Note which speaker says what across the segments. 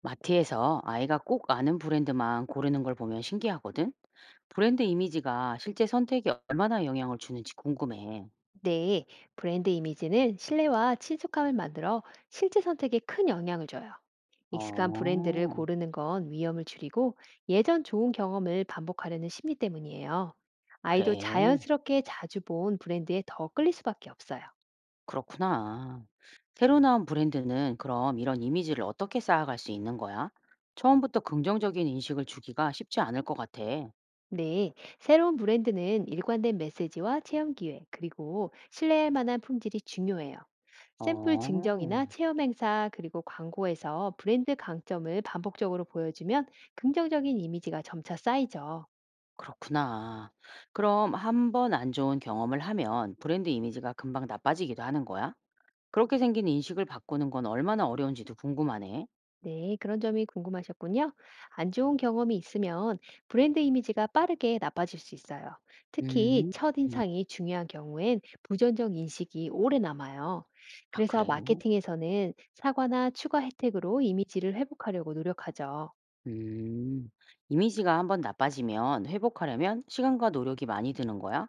Speaker 1: 마트에서 아이가 꼭 아는 브랜드만 고르는 걸 보면 신기하거든? 브랜드 이미지가 실제 선택에 얼마나 영향을 주는지 궁금해.
Speaker 2: 네, 브랜드 이미지는 신뢰와 친숙함을 만들어 실제 선택에 큰 영향을 줘요. 익숙한 브랜드를
Speaker 1: 어,
Speaker 2: 고르는 건 위험을 줄이고 예전 좋은 경험을 반복하려는 심리 때문이에요. 아이도
Speaker 1: 그래.
Speaker 2: 자연스럽게 자주 본 브랜드에 더 끌릴 수밖에 없어요.
Speaker 1: 그렇구나. 새로 나온 브랜드는 그럼 이런 이미지를 어떻게 쌓아갈 수 있는 거야? 처음부터 긍정적인 인식을 주기가 쉽지 않을 것 같아.
Speaker 2: 네, 새로운 브랜드는 일관된 메시지와 체험 기회, 그리고 신뢰할 만한 품질이 중요해요. 샘플
Speaker 1: 어,
Speaker 2: 증정이나 체험 행사, 그리고 광고에서 브랜드 강점을 반복적으로 보여주면 긍정적인 이미지가 점차 쌓이죠.
Speaker 1: 그렇구나. 그럼 한 번 안 좋은 경험을 하면 브랜드 이미지가 금방 나빠지기도 하는 거야? 그렇게 생긴 인식을 바꾸는 건 얼마나 어려운지도 궁금하네.
Speaker 2: 네, 그런 점이 궁금하셨군요. 안 좋은 경험이 있으면 브랜드 이미지가 빠르게 나빠질 수 있어요. 특히
Speaker 1: 음. 음.
Speaker 2: 첫인상이 중요한 경우엔 부정적 인식이 오래 남아요.
Speaker 1: 아
Speaker 2: 그래서
Speaker 1: 그래?
Speaker 2: 마케팅에서는 사과나 추가 혜택으로 이미지를 회복하려고 노력하죠.
Speaker 1: 음. 이미지가 한번 나빠지면 회복하려면 시간과 노력이 많이 드는 거야?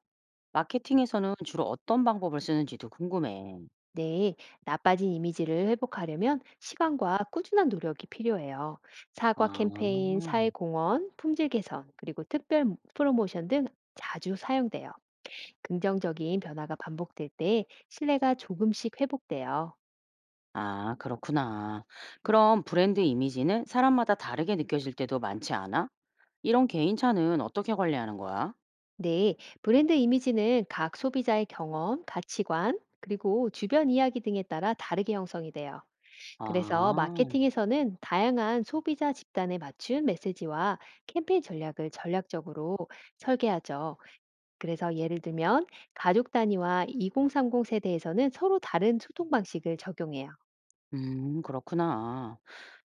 Speaker 1: 마케팅에서는 주로 어떤 방법을 쓰는지도 궁금해.
Speaker 2: 네, 나빠진 이미지를 회복하려면 시간과 꾸준한 노력이 필요해요. 사과 캠페인,
Speaker 1: 아.
Speaker 2: 사회공헌, 품질 개선, 그리고 특별 프로모션 등 자주 사용돼요. 긍정적인 변화가 반복될 때 신뢰가 조금씩 회복돼요.
Speaker 1: 아 그렇구나. 그럼 브랜드 이미지는 사람마다 다르게 느껴질 때도 많지 않아? 이런 개인차는 어떻게 관리하는 거야?
Speaker 2: 네, 브랜드 이미지는 각 소비자의 경험, 가치관, 그리고 주변 이야기 등에 따라 다르게 형성이 돼요. 그래서
Speaker 1: 아.
Speaker 2: 마케팅에서는 다양한 소비자 집단에 맞춘 메시지와 캠페인 전략을 전략적으로 설계하죠. 그래서 예를 들면 가족 단위와 2030 세대에서는 서로 다른 소통 방식을 적용해요.
Speaker 1: 그렇구나.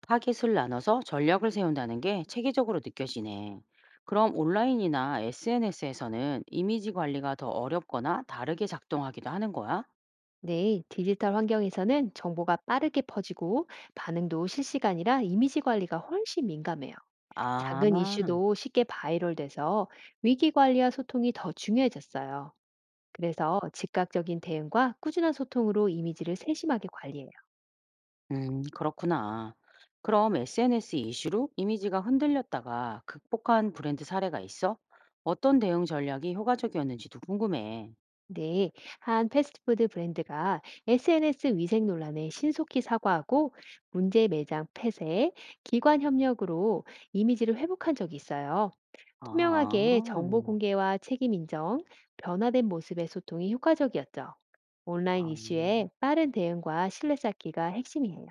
Speaker 1: 타깃을 나눠서 전략을 세운다는 게 체계적으로 느껴지네. 그럼 온라인이나 SNS에서는 이미지 관리가 더 어렵거나 다르게 작동하기도 하는 거야?
Speaker 2: 네, 디지털 환경에서는 정보가 빠르게 퍼지고 반응도 실시간이라 이미지 관리가 훨씬 민감해요. 작은
Speaker 1: 아,
Speaker 2: 이슈도 쉽게 바이럴돼서 위기 관리와 소통이 더 중요해졌어요. 그래서 즉각적인 대응과 꾸준한 소통으로 이미지를 세심하게 관리해요.
Speaker 1: 그렇구나. 그럼 SNS 이슈로 이미지가 흔들렸다가 극복한 브랜드 사례가 있어? 어떤 대응 전략이 효과적이었는지도 궁금해.
Speaker 2: 네, 한 패스트푸드 브랜드가 SNS 위생 논란에 신속히 사과하고 문제 매장 폐쇄, 기관 협력으로 이미지를 회복한 적이 있어요.
Speaker 1: 아,
Speaker 2: 투명하게 정보 공개와 책임 인정, 변화된 모습의 소통이 효과적이었죠. 온라인
Speaker 1: 아.
Speaker 2: 이슈에 빠른 대응과 신뢰 쌓기가 핵심이에요.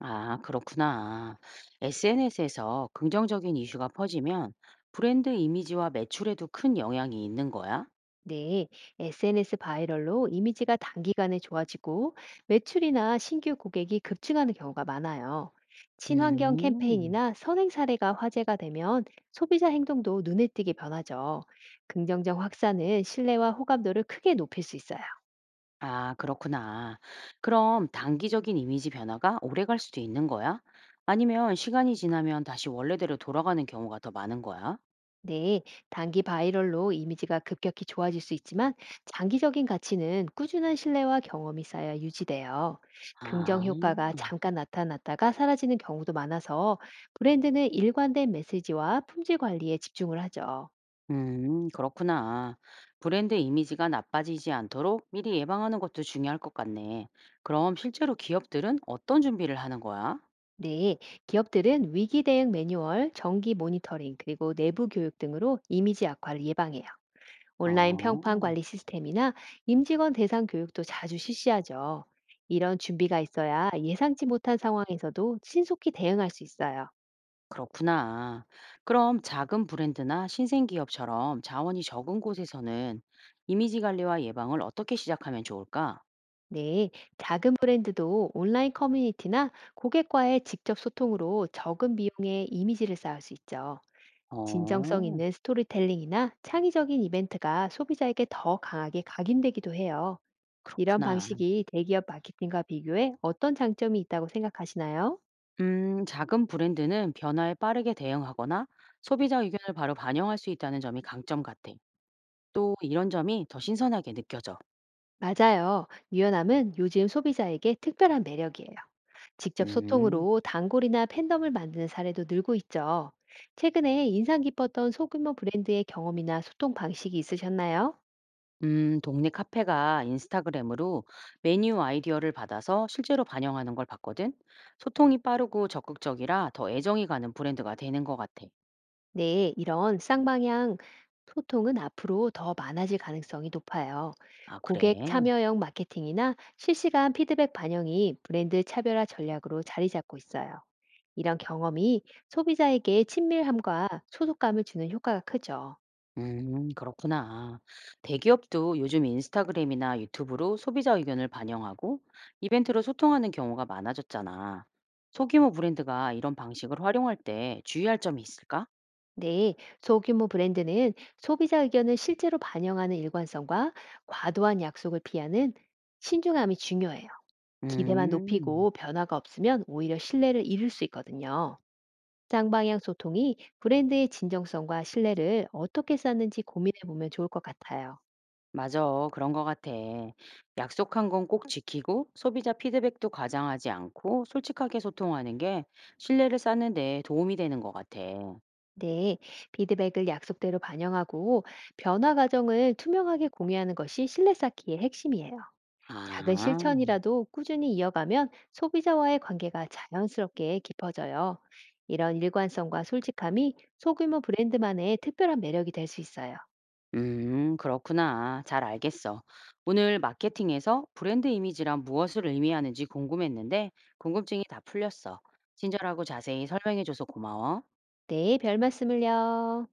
Speaker 1: 아, 그렇구나. SNS에서 긍정적인 이슈가 퍼지면 브랜드 이미지와 매출에도 큰 영향이 있는 거야?
Speaker 2: 네, SNS 바이럴로 이미지가 단기간에 좋아지고 매출이나 신규 고객이 급증하는 경우가 많아요. 친환경
Speaker 1: 음.
Speaker 2: 캠페인이나 선행 사례가 화제가 되면 소비자 행동도 눈에 띄게 변하죠. 긍정적 확산은 신뢰와 호감도를 크게 높일 수 있어요.
Speaker 1: 아, 그렇구나. 그럼 단기적인 이미지 변화가 오래 갈 수도 있는 거야? 아니면 시간이 지나면 다시 원래대로 돌아가는 경우가 더 많은 거야?
Speaker 2: 네, 단기 바이럴로 이미지가 급격히 좋아질 수 있지만 장기적인 가치는 꾸준한 신뢰와 경험이 쌓여 유지돼요. 긍정
Speaker 1: 아,
Speaker 2: 효과가 잠깐 나타났다가 사라지는 경우도 많아서 브랜드는 일관된 메시지와 품질 관리에 집중을 하죠.
Speaker 1: 그렇구나. 브랜드 이미지가 나빠지지 않도록 미리 예방하는 것도 중요할 것 같네. 그럼 실제로 기업들은 어떤 준비를 하는 거야?
Speaker 2: 네, 기업들은 위기 대응 매뉴얼, 정기 모니터링, 그리고 내부 교육 등으로 이미지 악화를 예방해요. 온라인 평판
Speaker 1: 어,
Speaker 2: 관리 시스템이나 임직원 대상 교육도 자주 실시하죠. 이런 준비가 있어야 예상치 못한 상황에서도 신속히 대응할 수 있어요.
Speaker 1: 그렇구나. 그럼 작은 브랜드나 신생 기업처럼 자원이 적은 곳에서는 이미지 관리와 예방을 어떻게 시작하면 좋을까?
Speaker 2: 네, 작은 브랜드도 온라인 커뮤니티나 고객과의 직접 소통으로 적은 비용에 이미지를 쌓을 수 있죠. 진정성
Speaker 1: 어,
Speaker 2: 있는 스토리텔링이나 창의적인 이벤트가 소비자에게 더 강하게 각인되기도 해요. 이런
Speaker 1: 그렇구나.
Speaker 2: 방식이 대기업 마케팅과 비교해 어떤 장점이 있다고 생각하시나요?
Speaker 1: 작은 브랜드는 변화에 빠르게 대응하거나 소비자 의견을 바로 반영할 수 있다는 점이 강점 같아. 또 이런 점이 더 신선하게 느껴져.
Speaker 2: 맞아요. 유연함은 요즘 소비자에게 특별한 매력이에요. 직접
Speaker 1: 음.
Speaker 2: 소통으로 단골이나 팬덤을 만드는 사례도 늘고 있죠. 최근에 인상 깊었던 소규모 브랜드의 경험이나 소통 방식이 있으셨나요?
Speaker 1: 동네 카페가 인스타그램으로 메뉴 아이디어를 받아서 실제로 반영하는 걸 봤거든. 소통이 빠르고 적극적이라 더 애정이 가는 브랜드가 되는 것 같아.
Speaker 2: 네, 이런 쌍방향 소통은 앞으로 더 많아질 가능성이 높아요.
Speaker 1: 아,
Speaker 2: 고객
Speaker 1: 그래?
Speaker 2: 참여형 마케팅이나 실시간 피드백 반영이 브랜드 차별화 전략으로 자리 잡고 있어요. 이런 경험이 소비자에게 친밀함과 소속감을 주는 효과가 크죠.
Speaker 1: 그렇구나. 대기업도 요즘 인스타그램이나 유튜브로 소비자 의견을 반영하고 이벤트로 소통하는 경우가 많아졌잖아. 소규모 브랜드가 이런 방식을 활용할 때 주의할 점이 있을까?
Speaker 2: 네, 소규모 브랜드는 소비자 의견을 실제로 반영하는 일관성과 과도한 약속을 피하는 신중함이 중요해요. 기대만
Speaker 1: 음.
Speaker 2: 높이고 변화가 없으면 오히려 신뢰를 잃을 수 있거든요. 쌍방향 소통이 브랜드의 진정성과 신뢰를 어떻게 쌓는지 고민해 보면 좋을 것 같아요.
Speaker 1: 맞아. 그런 것 같아. 약속한 건 꼭 지키고 소비자 피드백도 과장하지 않고 솔직하게 소통하는 게 신뢰를 쌓는 데 도움이 되는 것 같아.
Speaker 2: 네, 피드백을 약속대로 반영하고 변화 과정을 투명하게 공유하는 것이 신뢰 쌓기의 핵심이에요. 작은
Speaker 1: 아,
Speaker 2: 실천이라도 꾸준히 이어가면 소비자와의 관계가 자연스럽게 깊어져요. 이런 일관성과 솔직함이 소규모 브랜드만의 특별한 매력이 될 수 있어요.
Speaker 1: 그렇구나. 잘 알겠어. 오늘 마케팅에서 브랜드 이미지란 무엇을 의미하는지 궁금했는데 궁금증이 다 풀렸어. 친절하고 자세히 설명해줘서 고마워.
Speaker 2: 네, 별 말씀을요.